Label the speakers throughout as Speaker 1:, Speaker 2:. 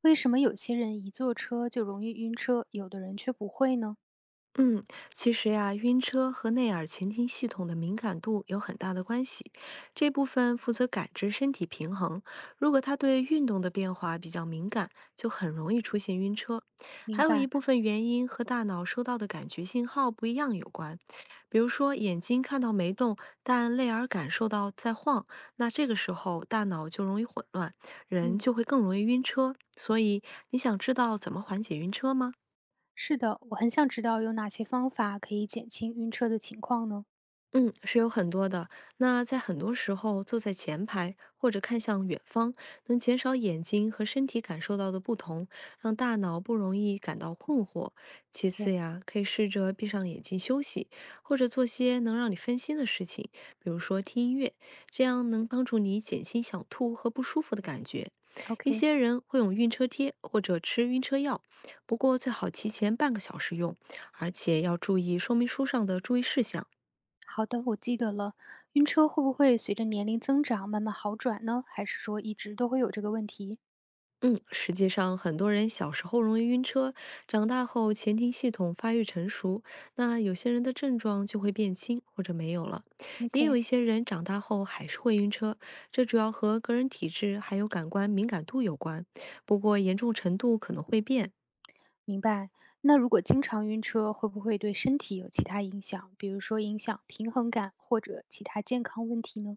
Speaker 1: 为什么有些人一坐车就容易晕车，有的人却不会呢？
Speaker 2: 嗯，其实呀，晕车和内耳前庭系统的敏感度有很大的关系。这部分负责感知身体平衡，如果它对运动的变化比较敏感，就很容易出现晕车。还
Speaker 1: 明
Speaker 2: 有一
Speaker 1: 白，
Speaker 2: 部分原因和大脑收到的感觉信号不一样有关，比如说眼睛看到没动，但内耳感受到在晃，那这个时候大脑就容易混乱，人
Speaker 1: 嗯，
Speaker 2: 就会更容易晕车。所以你想知道怎么缓解晕车吗？
Speaker 1: 是的，我很想知道有哪些方法可以减轻晕车的情况呢
Speaker 2: 嗯，是有很多的。那在很多时候，坐在前排或者看向远方，能减少眼睛和身体感受到的不同，让大脑不容易感到困惑。其次呀，可以试着闭上眼睛休息，或者做些能让你分心的事情，比如说听音乐，这样能帮助你减轻想吐和不舒服的感觉。一
Speaker 1: ？OK，OK，
Speaker 2: 些人会用晕车贴或者吃晕车药，不过最好提前半个小时用，而且要注意说明书上的注意事项。
Speaker 1: 好的，我记得了。晕车会不会随着年龄增长慢慢好转呢？还是说一直都会有这个问题
Speaker 2: 嗯，实际上，很多人小时候容易晕车，长大后前庭系统发育成熟，那有些人的症状就会变轻或者没有了。也有
Speaker 1: ？OK，
Speaker 2: 一些人长大后还是会晕车，这主要和个人体质还有感官敏感度有关，不过严重程度可能会变。
Speaker 1: 明白。那如果经常晕车，会不会对身体有其他影响，比如说影响平衡感或者其他健康问题呢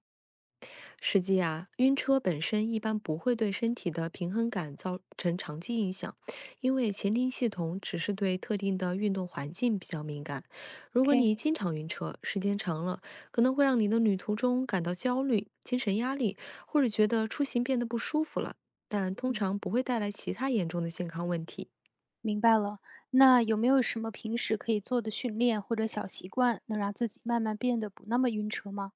Speaker 2: 实际啊，晕车本身一般不会对身体的平衡感造成长期影响，因为前庭系统只是对特定的运动环境比较敏感。如果
Speaker 1: ？OK，
Speaker 2: 你经常晕车，时间长了，可能会让你的旅途中感到焦虑、精神压力，或者觉得出行变得不舒服了，但通
Speaker 1: 嗯。
Speaker 2: 常不会带来其他严重的健康问题。
Speaker 1: 明白了，那有没有什么平时可以做的训练或者小习惯，能让自己慢慢变得不那么晕车吗？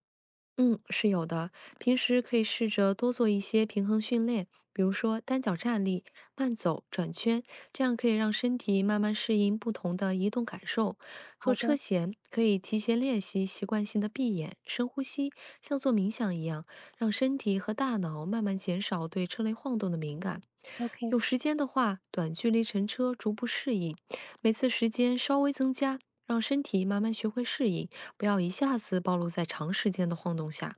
Speaker 2: 嗯，是有的。平时可以试着多做一些平衡训练，比如说单脚站立、慢走、转圈，这样可以让身体慢慢适应不同的移动感受。坐
Speaker 1: 好
Speaker 2: 车
Speaker 1: 的
Speaker 2: 前可以提前练习习惯性的闭眼、深呼吸，像做冥想一样，让身体和大脑慢慢减少对车内晃动的敏感。
Speaker 1: ，OK，
Speaker 2: 有时间的话，短距离乘车逐步适应，每次时间稍微增加，让身体慢慢学会适应，不要一下子暴露在长时间的晃动下。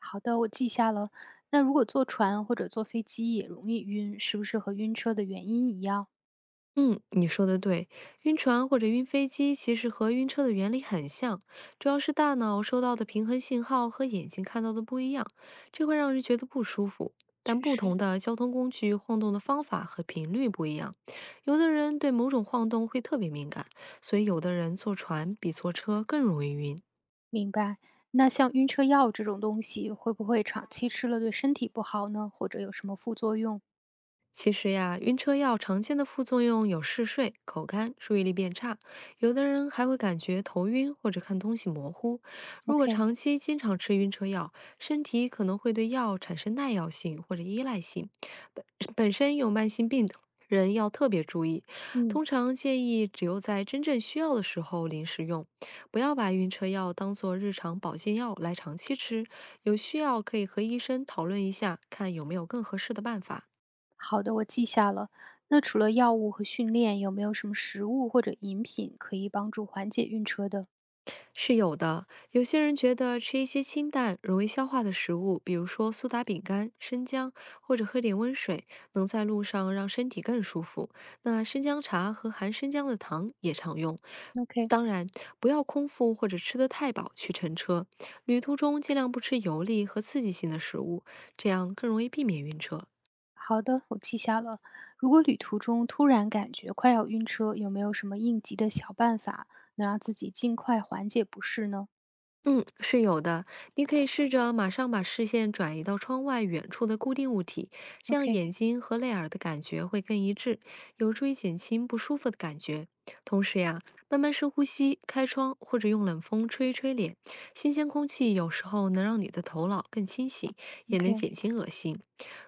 Speaker 1: 好的，我记下了。那如果坐船或者坐飞机也容易晕，是不是和晕车的原因一样？
Speaker 2: 嗯，你说的对，晕船或者晕飞机其实和晕车的原理很像，主要是大脑收到的平衡信号和眼睛看到的不一样，这会让人觉得不舒服。但
Speaker 1: 确
Speaker 2: 不
Speaker 1: 实，
Speaker 2: 同的交通工具晃动的方法和频率不一样，有的人对某种晃动会特别敏感，所以有的人坐船比坐车更容易晕。
Speaker 1: 明白。那像晕车药这种东西，会不会长期吃了对身体不好呢？或者有什么副作用
Speaker 2: 其实呀，晕车药常见的副作用有嗜睡、口干、注意力变差，有的人还会感觉头晕或者看东西模糊。如果
Speaker 1: ？OK，
Speaker 2: 长期经常吃晕车药，身体可能会对药产生耐药性或者依赖性。本本身有慢性病的人要特别注意，
Speaker 1: 嗯，
Speaker 2: 通常建议只有在真正需要的时候临时用，不要把晕车药当做日常保健药来长期吃。有需要可以和医生讨论一下，看有没有更合适的办法。
Speaker 1: 好的，我记下了。那除了药物和训练，有没有什么食物或者饮品可以帮助缓解晕车的？
Speaker 2: 是有的，有些人觉得吃一些清淡、容易消化的食物，比如说苏打饼干、生姜，或者喝点温水，能在路上让身体更舒服。那生姜茶和含生姜的糖也常用。
Speaker 1: OK，
Speaker 2: 当然，不要空腹或者吃得太饱去乘车。旅途中尽量不吃油腻和刺激性的食物，这样更容易避免晕车。
Speaker 1: 好的，我记下了。如果旅途中突然感觉快要晕车，有没有什么应急的小办法，能让自己尽快缓解不适呢
Speaker 2: 嗯，是有的。你可以试着马上把视线转移到窗外远处的固定物体，这样眼睛和泪耳的感觉会更一致，有助于减轻不舒服的感觉。同时呀，慢慢深呼吸，开窗或者用冷风吹一吹脸，新鲜空气有时候能让你的头脑更清醒，也能
Speaker 1: ？OK，OK，
Speaker 2: 减轻恶心。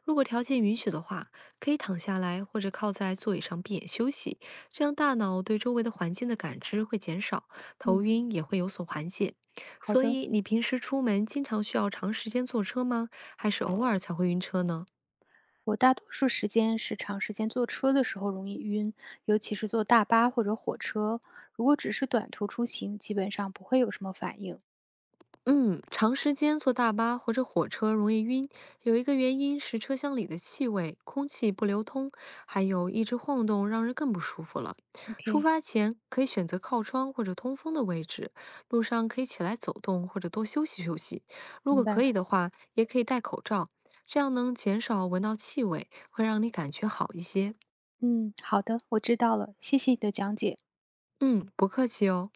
Speaker 2: 如果条件允许的话，可以躺下来或者靠在座椅上闭眼休息，这样大脑对周围的环境的感知会减少，头
Speaker 1: 嗯，
Speaker 2: 晕也会有所缓解。
Speaker 1: 好
Speaker 2: 所
Speaker 1: 的。
Speaker 2: 以你平时出门经常需要长时间坐车吗？还是偶尔才会晕车呢？
Speaker 1: 我大多数时间是长时间坐车的时候容易晕，尤其是坐大巴或者火车。如果只是短途出行，基本上不会有什么反应。
Speaker 2: 嗯，长时间坐大巴或者火车容易晕，有一个原因是车厢里的气味、空气不流通，还有一直晃动，让人更不舒服了。出
Speaker 1: OK，
Speaker 2: 发前可以选择靠窗或者通风的位置，路上可以起来走动或者多休息休息。如
Speaker 1: 明
Speaker 2: 果
Speaker 1: 白。
Speaker 2: 可以的话，也可以戴口罩，这样能减少闻到气味，会让你感觉好一些。
Speaker 1: 嗯，好的，我知道了，谢谢你的讲解。
Speaker 2: 嗯，不客气哦。